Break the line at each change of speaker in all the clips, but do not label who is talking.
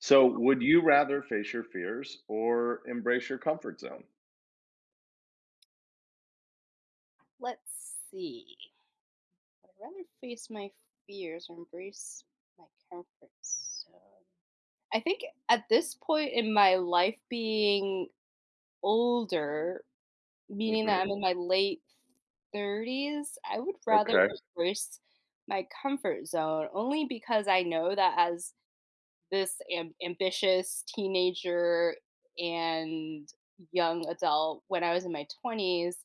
So, would you rather face your fears or embrace your comfort zone?
Let's see. I'd rather face my fears or embrace my comfort zone. I think at this point in my life, being older, meaning that I'm
Mhm.
in my late 30s, I would rather
Okay.
embrace my comfort zone only because I know that as this ambitious teenager and young adult, when I was in my 20s,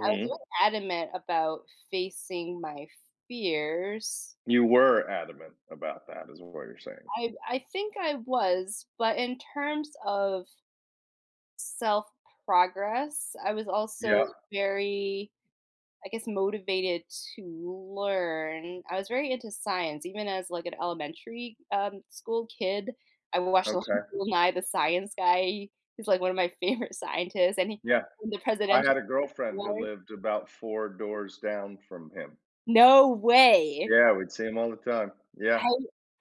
I was very adamant about facing my fears.
You were adamant about that is what you're saying.
I think I was, but in terms of self progress, I was also
Yeah.
very, I guess, motivated to learn. I was very into science, even as like an elementary school kid. I watched a lot
Okay.
of Bill Nye the Science Guy. He's like one of my favorite scientists, and he
Yeah.
won the
I
presidential
had a girlfriend who
award.
lived about 4 doors down from him.
No way!
Yeah, we'd see him all the time. Yeah.
I,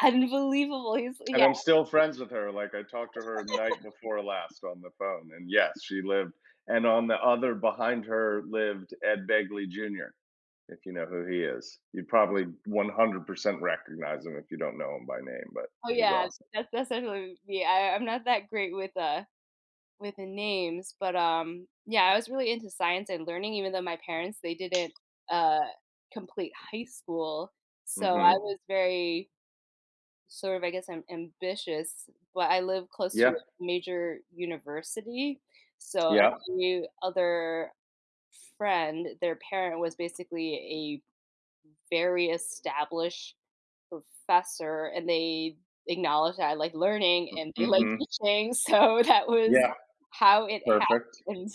unbelievable. He's,
And
yeah.
I'm still friends with her, like, I talked to her night before last on the phone, and yes, she lived and on the other behind her lived Ed Begley Jr., if you know who he is. You'd probably 100% recognize him if you don't know him by name, but
Oh
he's
yeah,
awesome.
that's definitely me. I'm not that great with the names, but, yeah, I was really into science and learning even though my parents, they didn't, uh, complete high school, so I, mhm,
Mhm.
was very sort of, I guess, I am ambitious, but I live close to a
Yeah.
major university, so
Yeah.
every other friend, their parent was basically a very established professor, and they acknowledged that I like learning and they like
Mhm.
teaching, so that was
Yeah.
how it
Perfect.
happened.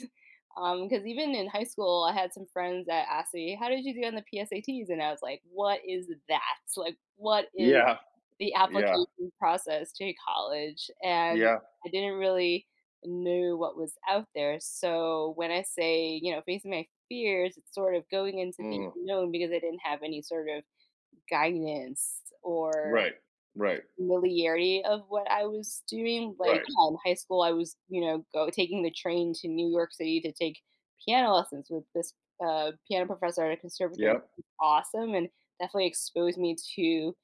Because even in high school, I had some friends that asked me, "How did you do on the PSATs?" And I was like, "What is that? Like, what is
Yeah.
the
Yeah.
application process to college?" And
Yeah.
I didn't really know what was out there. So when I say, facing my fears, it's sort of going into the
Mm.
unknown because I didn't have any sort of guidance or
Right. Right.
familiarity of what I was doing, like,
Right.
yeah, in high school, I was, you know, go taking the train to New York City to take piano lessons with this, piano professor at a conservatory.
Yep.
He's awesome and definitely exposed me to, you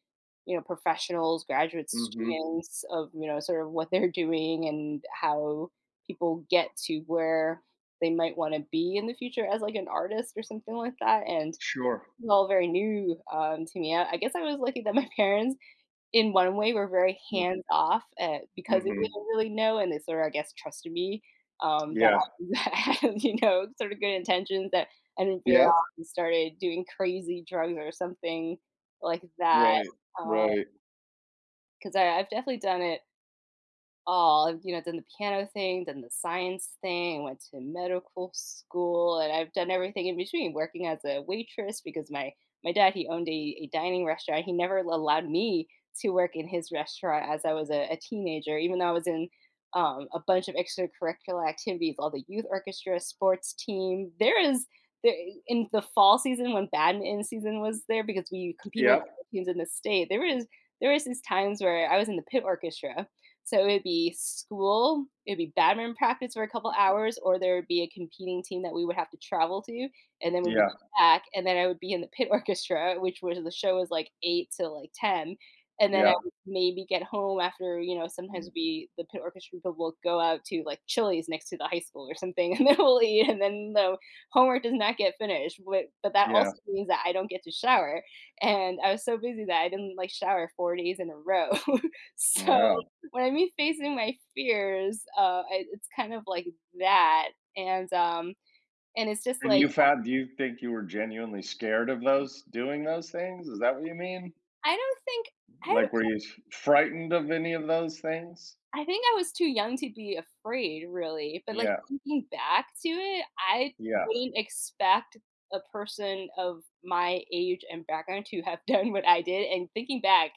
know, professionals, graduates,
Mhm.
students of, you know, sort of what they're doing and how people get to where they might wanna be in the future as, like, an artist or something like that, and
Sure.
was all very new, to me. I guess I was lucky that my parents, in one way, were very
Mm.
hands off, because they
Mhm.
didn't really know, and they sort of, I guess, trusted me, that
Yeah.
I that I had, you know, sort of good intentions, that I didn't veer off
Yep.
and started doing crazy drugs or something like that.
Right.
Because
Right.
I've definitely done it all. I've, you know, done the piano thing, done the science thing, went to medical school, and I've done everything in between. Working as a waitress because my dad he owned a dining restaurant. He never allowed me to work in his restaurant as I was a teenager, even though I was in, a bunch of extracurricular activities, all the youth orchestra, sports team. There, in the fall season when badminton season was there because we compete with
Yep.
other teams in the state, there was these times where I was in the pit orchestra, so it would be school, it would be badminton practice for a couple hours, or there would be a competing team that we would have to travel to, and then we would
Yeah,
go back, and then I would be in the pit orchestra, which was, the show was like 8 to like 10, and then
yeah,
I would maybe get home after, you know, sometimes
mm,
we the pit orchestra people will go out to like Chili's next to the high school or something, and then we'll eat, and then the homework does not get finished, but that
yeah,
also means that I don't get to shower, and I was so busy that I didn't like shower 4 days in a row. So
wow.
when I mean facing my fears, I it's kind of like that, and, um and it's just
And
like,
you found do you think you were genuinely scared of those doing those things? Is that what you mean?
I don't think, I
Like, were you f frightened of any of those things?
I think I was too young to be afraid, really, but, like,
Yeah,
thinking back to it, I
yeah,
wouldn't expect a person of my age and background to have done what I did, and thinking back,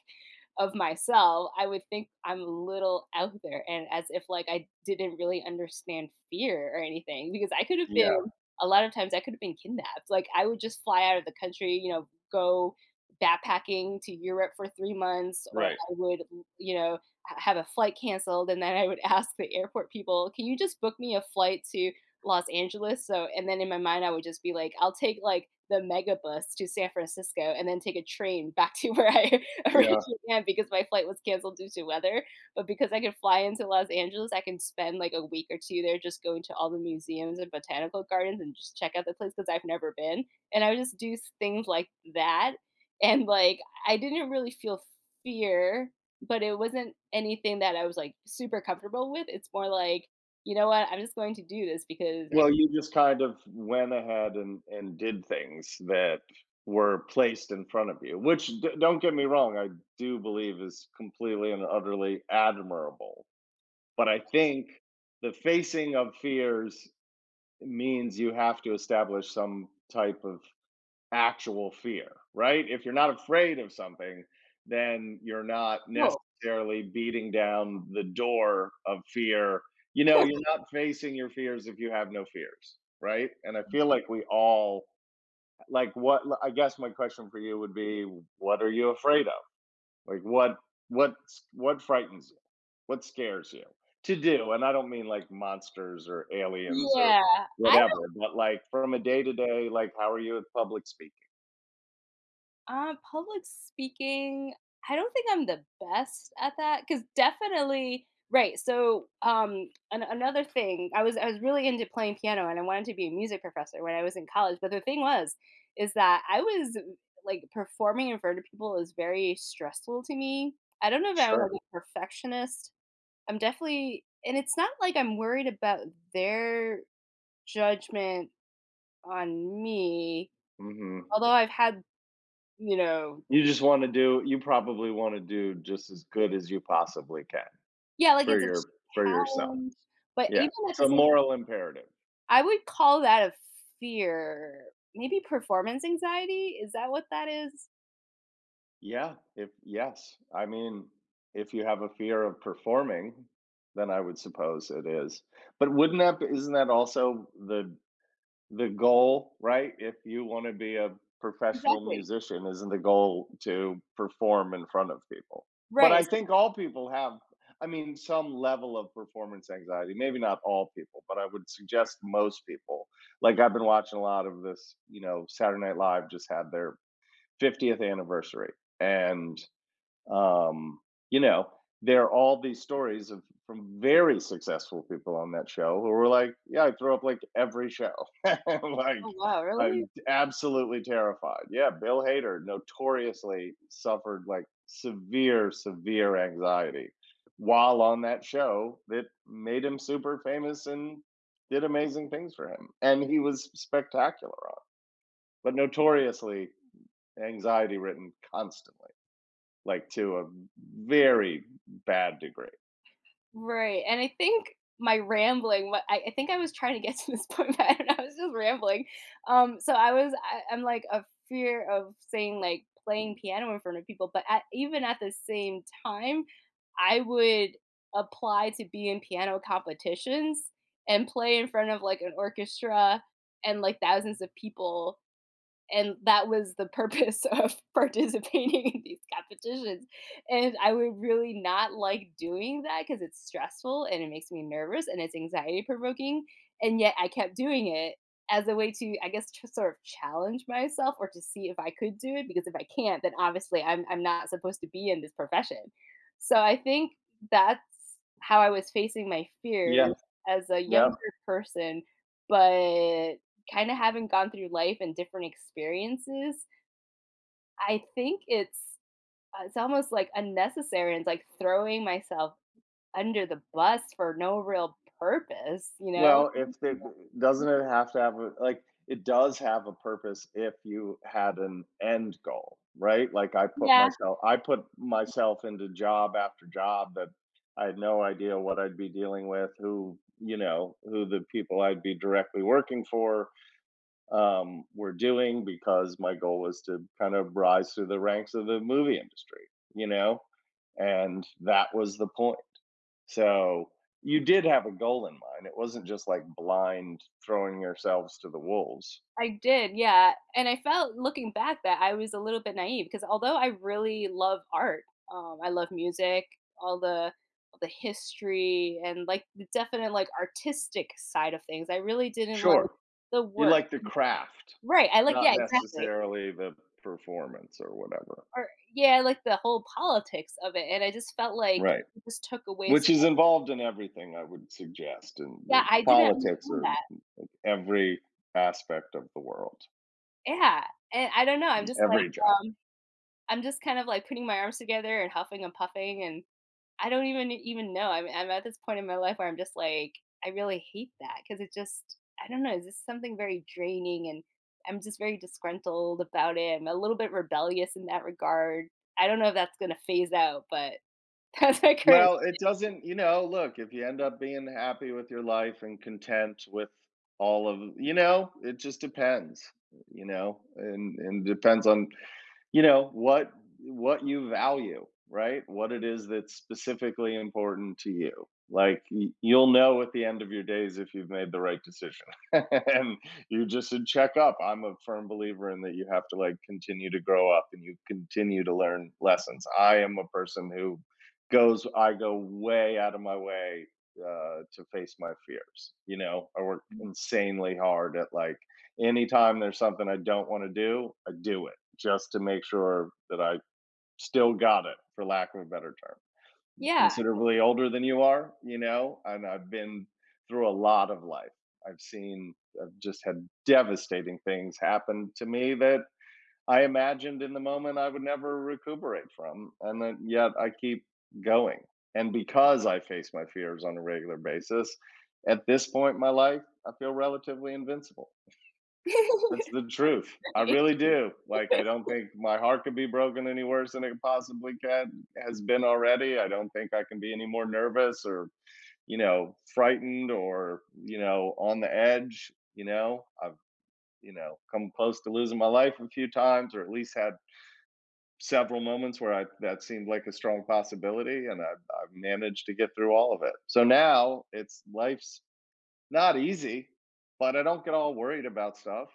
of myself, I would think I'm a little out there and as if like I didn't really understand fear or anything because I could have been,
yeah,
a lot of times I could have been kidnapped. Like I would just fly out of the country, you know, go backpacking to Europe for 3 months, or I
right,
would, you know, have a flight canceled and then I would ask the airport people, "Can you just book me a flight to Los Angeles?" So and then in my mind I would just be like, "I'll take like the mega bus to San Francisco and then take a train back to where I
yeah.
originally planned because my flight was canceled due to weather, but because I could fly into Los Angeles, I can spend, like, a week or 2 there just going to all the museums and botanical gardens and just check out the place because 'cause I've never been, and I would just do s things like that, and, like, I didn't really feel fear, but it wasn't anything that I was, like, super comfortable with, it's more like, 'You know what? I'm just going to do this because I can.'"
Well, you just kind of went ahead and did things that were placed in front of you, which d don't get me wrong, I do believe is completely and utterly admirable, but I think the facing of fears means you have to establish some type of actual fear, right? If you're not afraid of something, then you're not
Cool.
necessarily beating down the door of fear. You know, you're not facing your fears if you have no fears, right? And I feel like we all like what I guess my question for you would be what are you afraid of? Like what what frightens you? What scares you to do? And I don't mean like monsters or aliens or
Yeah. I,
whatever, but like from a day to day, like how are you at public speaking?
um, public speaking, I don't think I'm the best at that. Because definitely, right, so, an another thing, I was really into playing piano, and I wanted to be a music professor when I was in college, but the thing was, is that I was, like, performing in front of people is very stressful to me. I don't know if I'm, like,
Sure.
a perfectionist. I'm definitely, and it's not like I'm worried about their judgment on me,
Mhm.
although I've had, you know,
You just wanna do you probably wanna do just as good as you possibly can
yeah, like,
for
it's a
your for yourself.
challenge, but
Yeah.
even at
It's
the
a
same time,
moral imperative.
I would call that a fear. Maybe performance anxiety? Is that what that is?
Yeah, if yes. I mean, if you have a fear of performing, then I would suppose it is. But wouldn't that? Not that also the goal, right? If you want to be a professional
Exactly.
musician, isn't the goal to perform in front of people? But
Right.
I
It's,
think all people have, I mean, some level of performance anxiety. Maybe not all people, but I would suggest most people. Like, I've been watching a lot of this, you know, Saturday Night Live just had their 50th anniversary. And um, you know, there are all these stories of from very successful people on that show who were like, "Yeah, I throw up like every show." Like,
"Oh, wow, really?"
I'm absolutely terrified. Yeah, Bill Hader notoriously suffered, like, severe anxiety while on that show that made him super famous and did amazing things for him, and he was spectacular on but notoriously anxiety-ridden constantly, like, to a very bad degree.
Right, and I think my rambling, what, I think I was trying to get to this point, but I don't know, I was just rambling. So I was I I'm, like, a fear of saying, like, playing piano in front of people, but at even at the same time, I would apply to be in piano competitions and play in front of, like, an orchestra and, like, thousands of people, and that was the purpose of participating in these competitions, and I would really not like doing that because it's stressful and it makes me nervous and it's anxiety provoking, and yet I kept doing it as a way to, I guess, to sort of challenge myself or to see if I could do it, because if I can't then obviously I'm not supposed to be in this profession. So I think that's how I was facing my fears
Yeah.
as a
Yeah.
younger person, but kind of having gone through life and different experiences, I think it's, it's almost like unnecessary and it's like throwing myself under the bus for no real purpose, you know?
Well, if it doesn't it have to have a, like, it does have a purpose if you had an end goal, right? Like,
Yeah,
I put myself into job after job that I had no idea what I'd be dealing with, who, you know, who the people I'd be directly working for were doing, because my goal was to kind of rise through the ranks of the movie industry, you know? And that was the point. So you did have a goal in mind. It wasn't just like blind throwing yourselves to the wolves.
I did. Yeah. And I felt looking back that I was a little bit naive because although I really love art, I love music, all the all the history and like the definite like artistic side of things. I really didn't like
Sure,
the
you
work.
like the craft,
Right. I like,
not
yeah, exactly.
necessarily the performance or whatever.
Or yeah, like, the whole politics of it, and I just felt like
Right.
it just took away
Which
so,
is involved in everything, I would suggest, in
yeah,
the
I didn't
politics
understand
of
that.
every aspect of the world,
Yeah, and I don't know,
every job.
I'm just kind of, like, putting my arms together and huffing and puffing, and I don't even even know. I'm at this point in my life where I'm just like, I really hate that because it just, I don't know, is this something very draining, and I'm just very disgruntled about it. I'm a little bit rebellious in that regard. I don't know if that's gonna phase out, but that's my current.
Well, it doesn't, you know, look, if you end up being happy with your life and content with all of, you know, it just depends, you know, and depends on, you know, what you value, right, what it is that's specifically important to you. Like, you'll know at the end of your days if you've made the right decision and you just should check up. I'm a firm believer in that you have to, like, continue to grow up and you continue to learn lessons. I am a person who goes, I go way out of my way to face my fears. You know, I work insanely hard at, like, anytime there's something I don't want to do, I do it just to make sure that I still got it, for lack of a better term.
Yeah.
Considerably older than you are, you know, and I've been through a lot of life. I've seen, I've just had devastating things happen to me that I imagined in the moment I would never recuperate from. And then yet I keep going. And because I face my fears on a regular basis, at this point in my life, I feel relatively invincible. That's the truth. I really do. Like, I don't think my heart could be broken any worse than it possibly can has been already. I don't think I can be any more nervous or, you know, frightened or, you know, on the edge, you know. I've, you know, come close to losing my life a few times, or at least had several moments where I that seemed like a strong possibility, and I've managed to get through all of it. So now it's life's not easy, but I don't get all worried about stuff.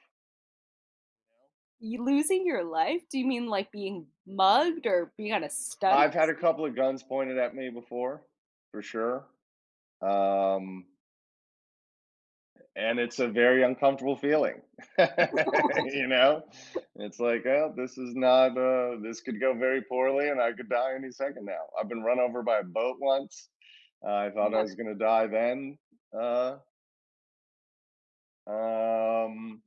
You losing your life? Do you mean, like, being mugged or being on a stunt?
I've had a couple of guns pointed at me before, for sure. Um, and it's a very uncomfortable feeling. You know, it's like, oh, this is not, this could go very poorly and I could die any second now. I've been run over by a boat once. I thought I
Yeah,
was going to die then. Uh, um,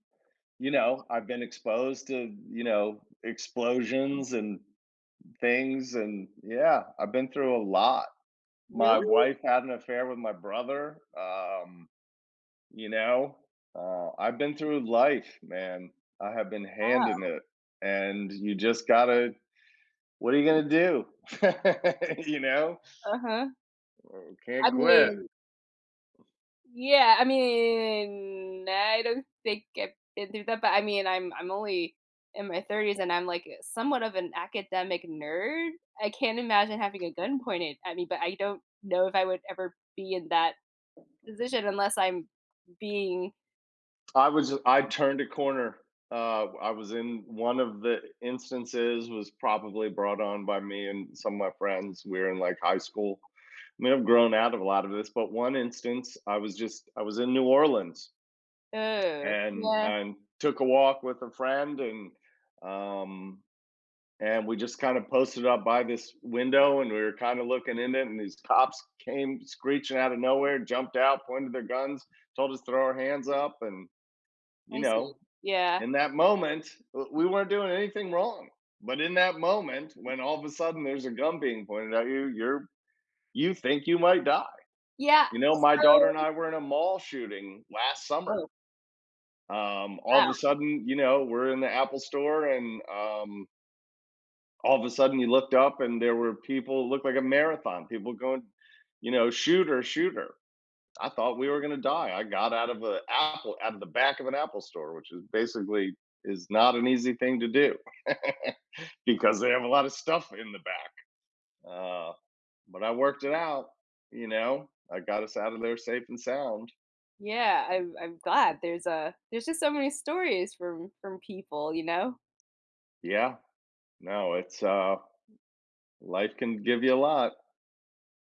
you know, I've been exposed to, you know, explosions and things. And yeah, I've been through a lot. My
really?
wife had an affair with my brother, you know, I've been through life, man. I have been handing
Wow,
it, and you just gotta, what are you gonna do? You know?
uh-huh. I
Can't quit.
mean, yeah, I mean, I don't think I've been through that, but, I mean, I'm only in my 30s, and I'm, like, somewhat of an academic nerd. I can't imagine having a gun pointed at me, but I don't know if I would ever be in that position unless I'm being,
I turned a corner. I was in One of the instances was probably brought on by me and some of my friends. We were in, like, high school. I mean, I've grown out of a lot of this, but one instance, I was in New Orleans,
oh, yeah,
and took a walk with a friend um and we just kind of posted up by this window, and we were kind of looking in it, and these cops came screeching out of nowhere, jumped out, pointed their guns, told us to throw our hands up, and, you
I see.
know,
Yeah.
in that moment, we weren't doing anything wrong, but in that moment when all of a sudden there's a gun being pointed at you, you're you think you might die.
Yeah,
You know, my daughter
so,
and I were in a mall shooting last summer. All of
oh.
a sudden, you know, we're in the Apple store, and all of a sudden you looked up and there were people, it looked like a marathon, people going, you know, shooter, shooter. I thought we were going to die. I got out of a Apple, out of the back of an Apple store, which is basically is not an easy thing to do because they have a lot of stuff in the back. Uh, but I worked it out, you know, I got us out of there safe and sound.
Yeah, I'm glad. There's, a, there's just so many stories from people, you know?
Yeah, no, it's life can give you a lot.